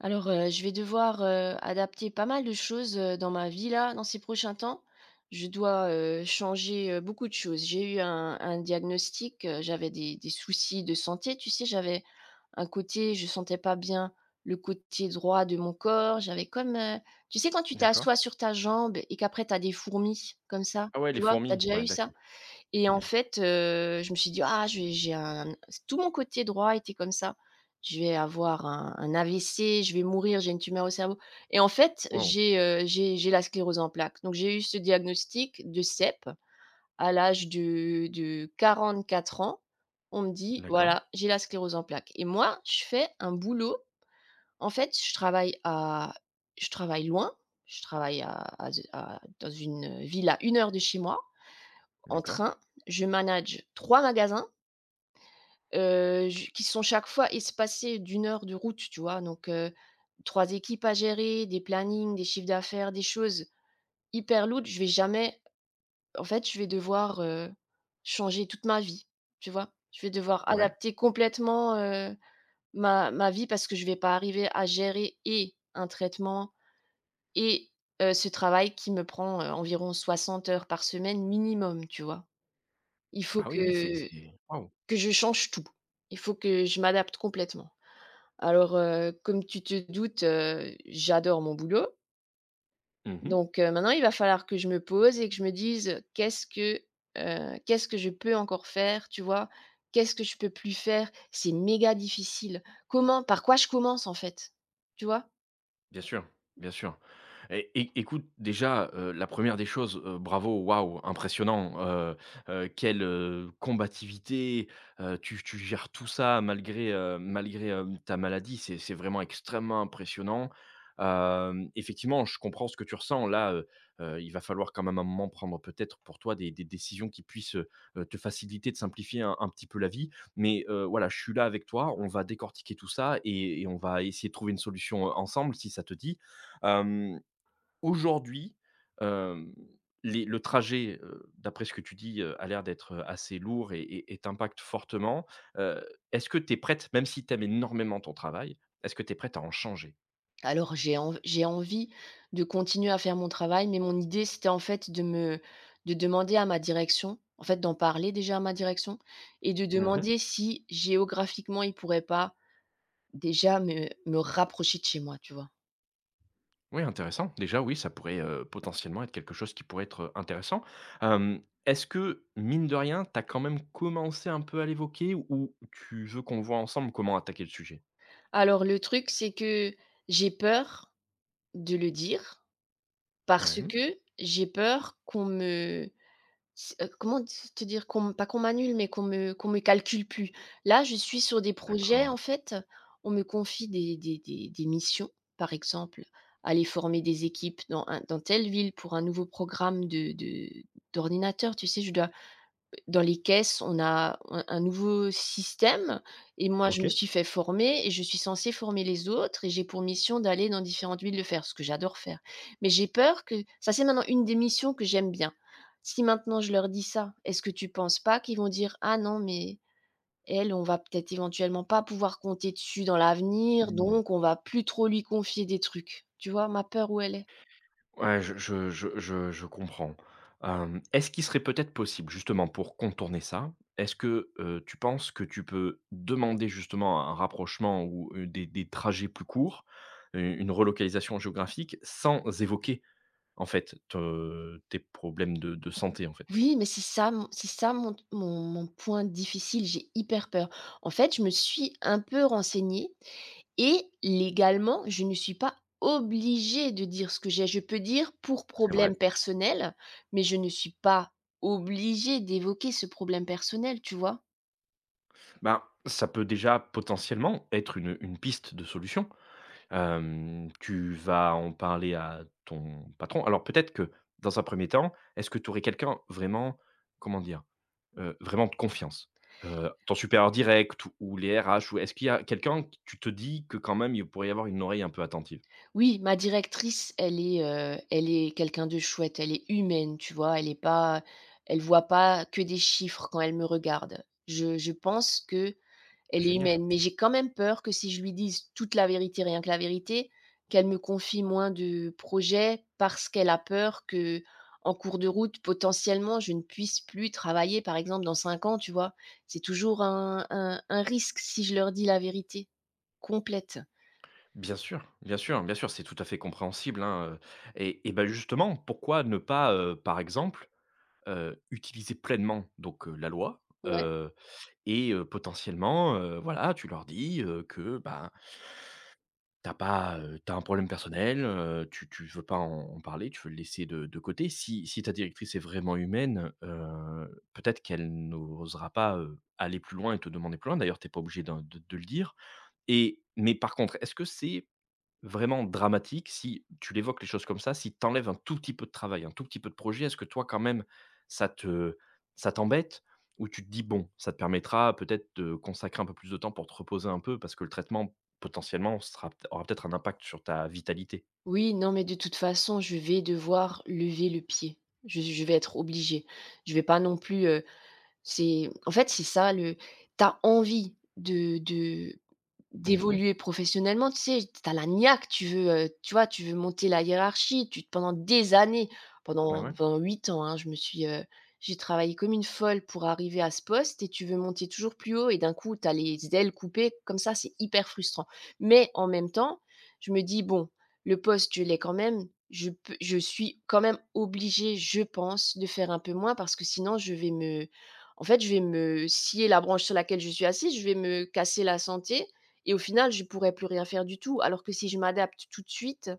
Alors, je vais devoir, adapter pas mal de choses, dans ma vie là, dans ces prochains temps. Je dois, changer, beaucoup de choses. J'ai eu un diagnostic, j'avais des soucis de santé, tu sais? J'avais un côté, je sentais pas bien le côté droit de mon corps, j'avais comme, tu sais quand tu D'accord. t'assois sur ta jambe et qu'après tu as des fourmis comme ça, Ah ouais, tu les vois? Tu as fourmis? déjà Ouais, eu ça? d'accord. Et en Mmh. fait, je me suis dit: «Ah, je vais j'ai un». Tout mon côté droit était comme ça. «Je vais avoir un AVC, je vais mourir, j'ai une tumeur au cerveau». Et en fait, Waouh! j'ai la sclérose en plaques. Donc j'ai eu ce diagnostic de CEP à l'âge de 44 ans. On me dit: D'accord, «Voilà, j'ai la sclérose en plaques» et moi, je fais un boulot, en fait, je travaille à, je travaille loin, je travaille à de à dans une, ville à une heure de chez moi en d'accord. train, je manage 3 magasins, j qui sont chaque fois espacés d'une heure de route, tu vois? Donc 3 équipes à gérer, des plannings, des chiffres d'affaires, des choses hyper lourdes. Je vais jamais En fait, je vais devoir, changer toute ma vie, tu vois? Je vais devoir Ouais. adapter complètement, ma vie parce que je vais pas arriver à gérer et un traitement et ce travail qui me prend, environ 60 heures par semaine minimum, tu vois? Il faut Ah oui, oui, c'est que c'est waouh! Que je change tout. Il faut que je m'adapte complètement. Alors, comme tu te doutes, j'adore mon boulot. Mmh. Donc, maintenant il va falloir que je me pose et que je me dise: «Qu'est-ce que je peux encore faire?», tu vois? «Qu'est-ce que je peux plus faire?». C'est méga difficile. Comment, par quoi je commence en fait? Tu vois? Bien sûr, bien sûr. Et é Écoute, déjà, la première des choses, bravo, waouh, impressionnant, quelle, combativité, tu gères tout ça malgré, malgré, ta maladie, c'est vraiment extrêmement impressionnant. Effectivement, je comprends ce que tu ressens là, il va falloir quand même un moment prendre peut-être pour toi des décisions qui puissent, te faciliter, te simplifier un petit peu la vie. Mais voilà, je suis là avec toi, on va décortiquer tout ça et on va essayer de trouver une solution, ensemble si ça te dit. Hem, Aujourd'hui, hem, les le trajet, d'après ce que tu dis, a l'air d'être, assez lourd et t'impacte fortement. Heu, Est-ce que tu es prête, même si tu aimes énormément ton travail, est-ce que tu es prête à en changer? Alors j'ai envie de continuer à faire mon travail, mais mon idée, c'était en fait de me de demander à ma direction, en fait d'en parler déjà à ma direction et de Mmh. demander si géographiquement, ils pourraient pas déjà me rapprocher de chez moi, tu vois? Oui, intéressant. Déjà, oui, ça pourrait, potentiellement être quelque chose qui pourrait être intéressant. Est-ce que, mine de rien, tu as quand même commencé un peu à l'évoquer ou tu veux qu'on voit ensemble comment attaquer le sujet? Alors le truc, c'est que j'ai peur de le dire, Ouais, parce mmh, que j'ai peur qu'on me S comment d te dire? Qu'on m Pas qu'on m'annule, mais qu'on me calcule plus. Là, je suis sur des projets, d'accord. en fait, on me confie des missions, par exemple, aller former des équipes dans telle ville pour un nouveau programme de d'ordinateur, tu sais? Je dois Dans les caisses, on a un nouveau système et moi, je OK. me suis fait former et je suis censée former les autres, et j'ai pour mission d'aller dans différentes villes le faire, ce que j'adore faire. Mais j'ai peur que ça, c'est maintenant une des missions que j'aime bien. Si maintenant je leur dis ça, est-ce que tu penses pas qu'ils vont dire: «Ah non, mais elle, on va peut-être éventuellement pas pouvoir compter dessus dans l'avenir, Mmh. donc on va plus trop lui confier des trucs». Tu vois ma peur où elle est? Ouais, je comprends. Est-ce qu'il serait peut-être possible, justement, pour contourner ça, est-ce que, tu penses que tu peux demander, justement, un rapprochement ou, des trajets plus courts, u une relocalisation géographique sans évoquer en fait, te tes problèmes de santé, en fait. Oui, mais c'est ça mon point difficile, j'ai hyper peur. En fait, je me suis un peu renseignée et légalement, je ne suis pas obligée de dire ce que j'ai. Je peux dire pour C'est problème vrai. personnel, mais je ne suis pas obligée d'évoquer ce problème personnel, tu vois? Ben, ça peut déjà potentiellement être une piste de solution. Tu vas en parler à ton patron. Alors peut-être que dans un premier temps, est-ce que tu aurais quelqu'un vraiment, comment dire? Vraiment de confiance? Ton supérieur direct ou les RH ou est-ce qu'il y a quelqu'un que tu te dis que quand même il pourrait y avoir une oreille un peu attentive? Oui, ma directrice, elle est quelqu'un de chouette, elle est humaine, tu vois? Elle voit pas que des chiffres quand elle me regarde. Je pense que. Elle est Génial. humaine, mais j'ai quand même peur que si je lui dise toute la vérité, rien que la vérité, qu'elle me confie moins de projets parce qu'elle a peur que, en cours de route, potentiellement, je ne puisse plus travailler, par exemple, dans 5 ans, tu vois? C'est toujours un risque si je leur dis la vérité complète. Bien sûr, bien sûr, bien sûr, c'est tout à fait compréhensible, hein, et bah, justement, pourquoi ne pas, par exemple, utiliser pleinement donc la loi, Ouais. Et potentiellement, voilà, tu leur dis, que, ben, t'as pas, tu un problème personnel, tu veux pas en en parler, tu veux le laisser de côté. Si ta directrice est vraiment humaine, peut-être qu'elle n'osera pas, aller plus loin et te demander plus loin. D'ailleurs, t'es pas obligé d'en de le dire et mais par contre, est-ce que c'est vraiment dramatique, si tu l'évoques les choses comme ça, si tu enlèves un tout petit peu de travail, un tout petit peu de projet, est-ce que toi quand même ça te ça t'embête? Ou tu te dis: «Bon, ça te permettra peut-être de consacrer un peu plus de temps pour te reposer un peu parce que le traitement potentiellement sera aura peut-être un impact sur ta vitalité»? Oui, non, mais de toute façon, je vais devoir lever le pied. Je vais être obligée. Je vais pas non plus, c'est en fait, c'est ça le, t'as envie de Mmh. d'évoluer professionnellement, tu sais, tu as la niaque, tu veux, tu vois, tu veux monter la hiérarchie, tu pendant des années, Bah, pendant ouais, pendant 8 ans, hein, j'ai travaillé comme une folle pour arriver à ce poste, et tu veux monter toujours plus haut et d'un coup, tu as les ailes coupées comme ça, c'est hyper frustrant. Mais en même temps, je me dis: «Bon, le poste, je l'ai quand même, je suis quand même obligée, je pense, de faire un peu moins, parce que sinon je vais me, en fait, je vais me scier la branche sur laquelle je suis assise, je vais me casser la santé et au final, je pourrais plus rien faire du tout. Alors que si je m'adapte tout de suite,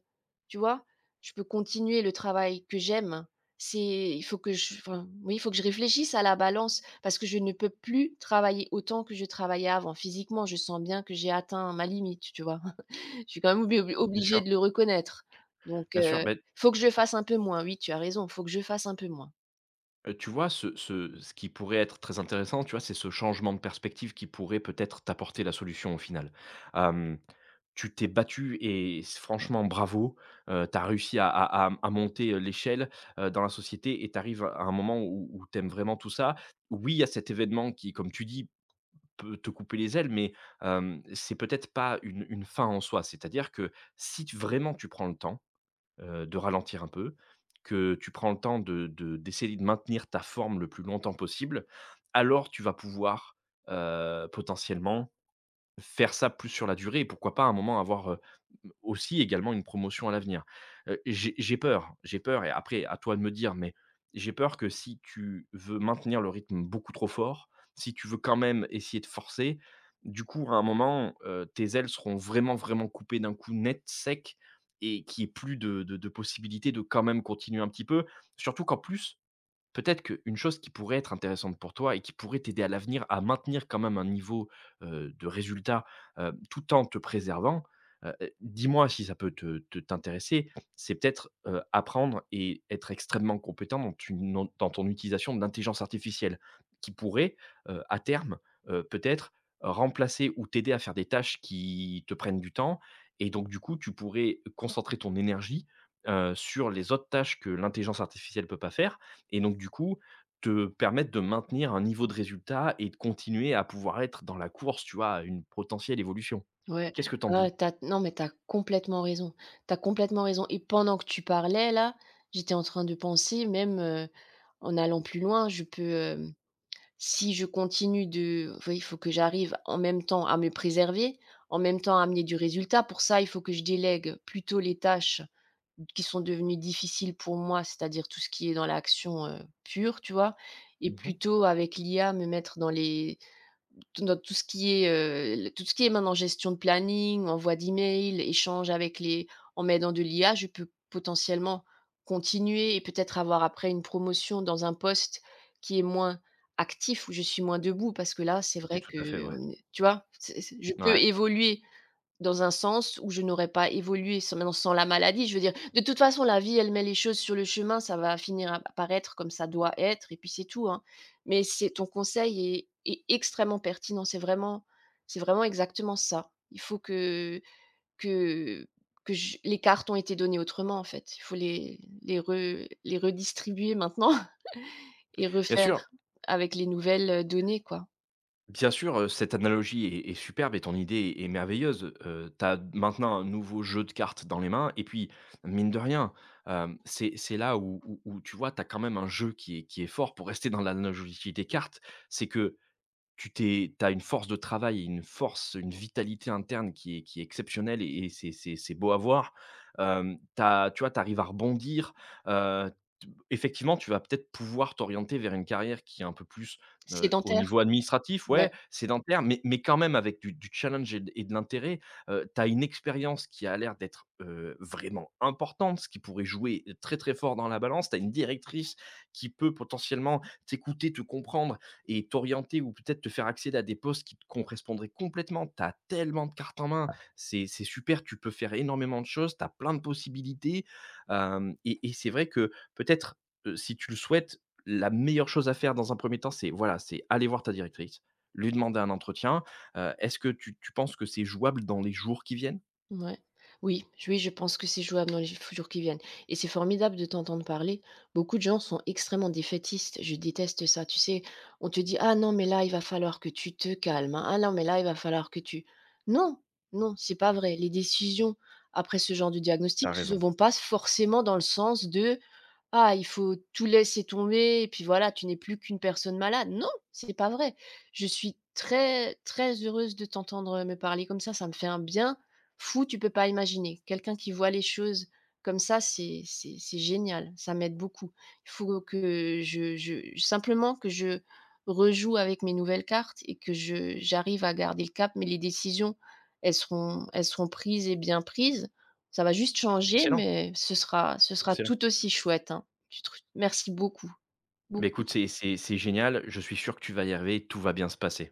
tu vois? Je peux continuer le travail que j'aime. C'est Il faut que je enfin, oui, il faut que je réfléchisse à la balance parce que je ne peux plus travailler autant que je travaillais avant. Physiquement, je sens bien que j'ai atteint ma limite, tu vois? Je suis quand même obli bien obligée sûr, de le reconnaître. Donc, bien sûr. Ben faut que je fasse un peu moins. Oui, tu as raison, faut que je fasse un peu moins. Tu vois ce qui pourrait être très intéressant, tu vois, c'est ce changement de perspective qui pourrait peut-être t'apporter la solution au final. Tu t'es battu et s franchement, bravo, tu as réussi à monter l'échelle, dans la société et tu arrives à un moment où tu aimes vraiment tout ça. Oui, il y a cet événement qui, comme tu dis, peut te couper les ailes, mais, c'est peut-être pas une fin en soi. C'est-à-dire que si tu vraiment tu prends le temps, de ralentir un peu, que tu prends le temps de d'essayer de maintenir ta forme le plus longtemps possible, alors tu vas pouvoir, potentiellement faire ça plus sur la durée et pourquoi pas à un moment avoir, aussi également une promotion à l'avenir. J'ai peur et après à toi de me dire, mais j'ai peur que si tu veux maintenir le rythme beaucoup trop fort, si tu veux quand même essayer de forcer, du coup à un moment, tes ailes seront vraiment, vraiment coupées d'un coup net, sec et qu'il y ait plus de possibilité de quand même continuer un petit peu. Surtout qu'en plus, peut-être qu'une chose qui pourrait être intéressante pour toi et qui pourrait t'aider à l'avenir à maintenir quand même un niveau, de résultat, tout en te préservant, dis-moi si ça peut te te t'intéresser, c'est peut-être, apprendre et être extrêmement compétent dans tu non dans ton utilisation de l'intelligence artificielle qui pourrait, à terme, peut-être remplacer ou t'aider à faire des tâches qui te prennent du temps et donc du coup, tu pourrais concentrer ton énergie, sur les autres tâches que l'intelligence artificielle peut pas faire et donc du coup, te permettre de maintenir un niveau de résultat et de continuer à pouvoir être dans la course, tu vois, à une potentielle évolution. Ouais, Qu'est-ce que t'en ah dis? t'as non, mais t'as complètement raison. T'as complètement raison et pendant que tu parlais là, j'étais en train de penser même, en allant plus loin, je peux, si je continue de enfin, il faut que j'arrive en même temps à me préserver, en même temps à amener du résultat. Pour ça, il faut que je délègue plutôt les tâches qui sont devenues difficiles pour moi, c'est-à-dire tout ce qui est dans l'action, pure, tu vois? Et Mmh. plutôt avec l'IA me mettre dans tout ce qui est, tout ce qui est maintenant gestion de planning, envoi d'email, échange avec les, en m'aidant de l'IA, je peux potentiellement continuer et peut-être avoir après une promotion dans un poste qui est moins actif, où je suis moins debout parce que là, c'est C'est vrai tout à fait vrai. qu'on est tu vois? C'est Je peux Ouais. évoluer dans un sens où je n'aurais pas évolué sans la maladie, je veux dire, de toute façon, la vie, elle met les choses sur le chemin, ça va finir à apparaître comme ça doit être et puis c'est tout, hein. Mais c'est ton conseil est extrêmement pertinent, c'est vraiment exactement ça. Il faut que que je les cartes ont été données autrement, en fait. Il faut les redistribuer maintenant et Bien refaire sûr, avec les nouvelles, données, quoi. bien sûr, cette analogie est est superbe et ton idée est merveilleuse. Tu as maintenant un nouveau jeu de cartes dans les mains et puis, mine de rien, c'est là où tu vois, tu as quand même un jeu qui est fort pour rester dans l'analogie des cartes. C'est que tu as une force de travail et une force, une vitalité interne qui est exceptionnelle et c'est beau à voir. Hem, tu Tu vois, tu arrives à rebondir, heu, t effectivement, tu vas peut-être pouvoir t'orienter vers une carrière qui est un peu plus, au Sédentaire, niveau administratif, ouais, ouais. sédentaire, mais quand même avec du challenge et de de l'intérêt. Tu as une expérience qui a l'air d'être, vraiment importante, ce qui pourrait jouer très, très fort dans la balance. Tu as une directrice qui peut potentiellement t'écouter, te comprendre et t'orienter ou peut-être te faire accéder à des postes qui te correspondraient complètement. Tu as tellement de cartes en main, c'est super, tu peux faire énormément de choses, tu as plein de possibilités. Hem Et c'est vrai que peut-être, si tu le souhaites, la meilleure chose à faire dans un premier temps, c'est voilà, c'est aller voir ta directrice, lui demander un entretien. Est-ce que tu penses que c'est jouable dans les jours qui viennent? Ouais. Oui, j oui, je pense que c'est jouable dans les jours qui viennent et c'est formidable de t'entendre parler. Beaucoup de gens sont extrêmement défaitistes, je déteste ça, tu sais? On te dit: «Ah non, mais là, il va falloir que tu te calmes, hein. Ah non, mais là, il va falloir que tu». Non, non, c'est pas vrai. Les décisions après ce genre de T'as diagnostic ne raison. vont pas forcément dans le sens de, ah, il faut tout laisser tomber et puis voilà, tu n'es plus qu'une personne malade. Non, c'est pas vrai. Je suis très, très heureuse de t'entendre me parler comme ça. Ça me fait un bien fou, tu peux pas imaginer. Quelqu'un qui voit les choses comme ça, c'est génial. Ça m'aide beaucoup. Il faut que je simplement que je rejoue avec mes nouvelles cartes et que je j'arrive à garder le cap, mais les décisions, elles seront prises et bien prises. Ça va juste changer, Excellent, mais ce sera excellent. tout aussi chouette, hein. Tu trou Merci beaucoup, Eh ben beaucoup. écoute, c'est génial. Je suis sûr que tu vas y arriver, tout va bien se passer.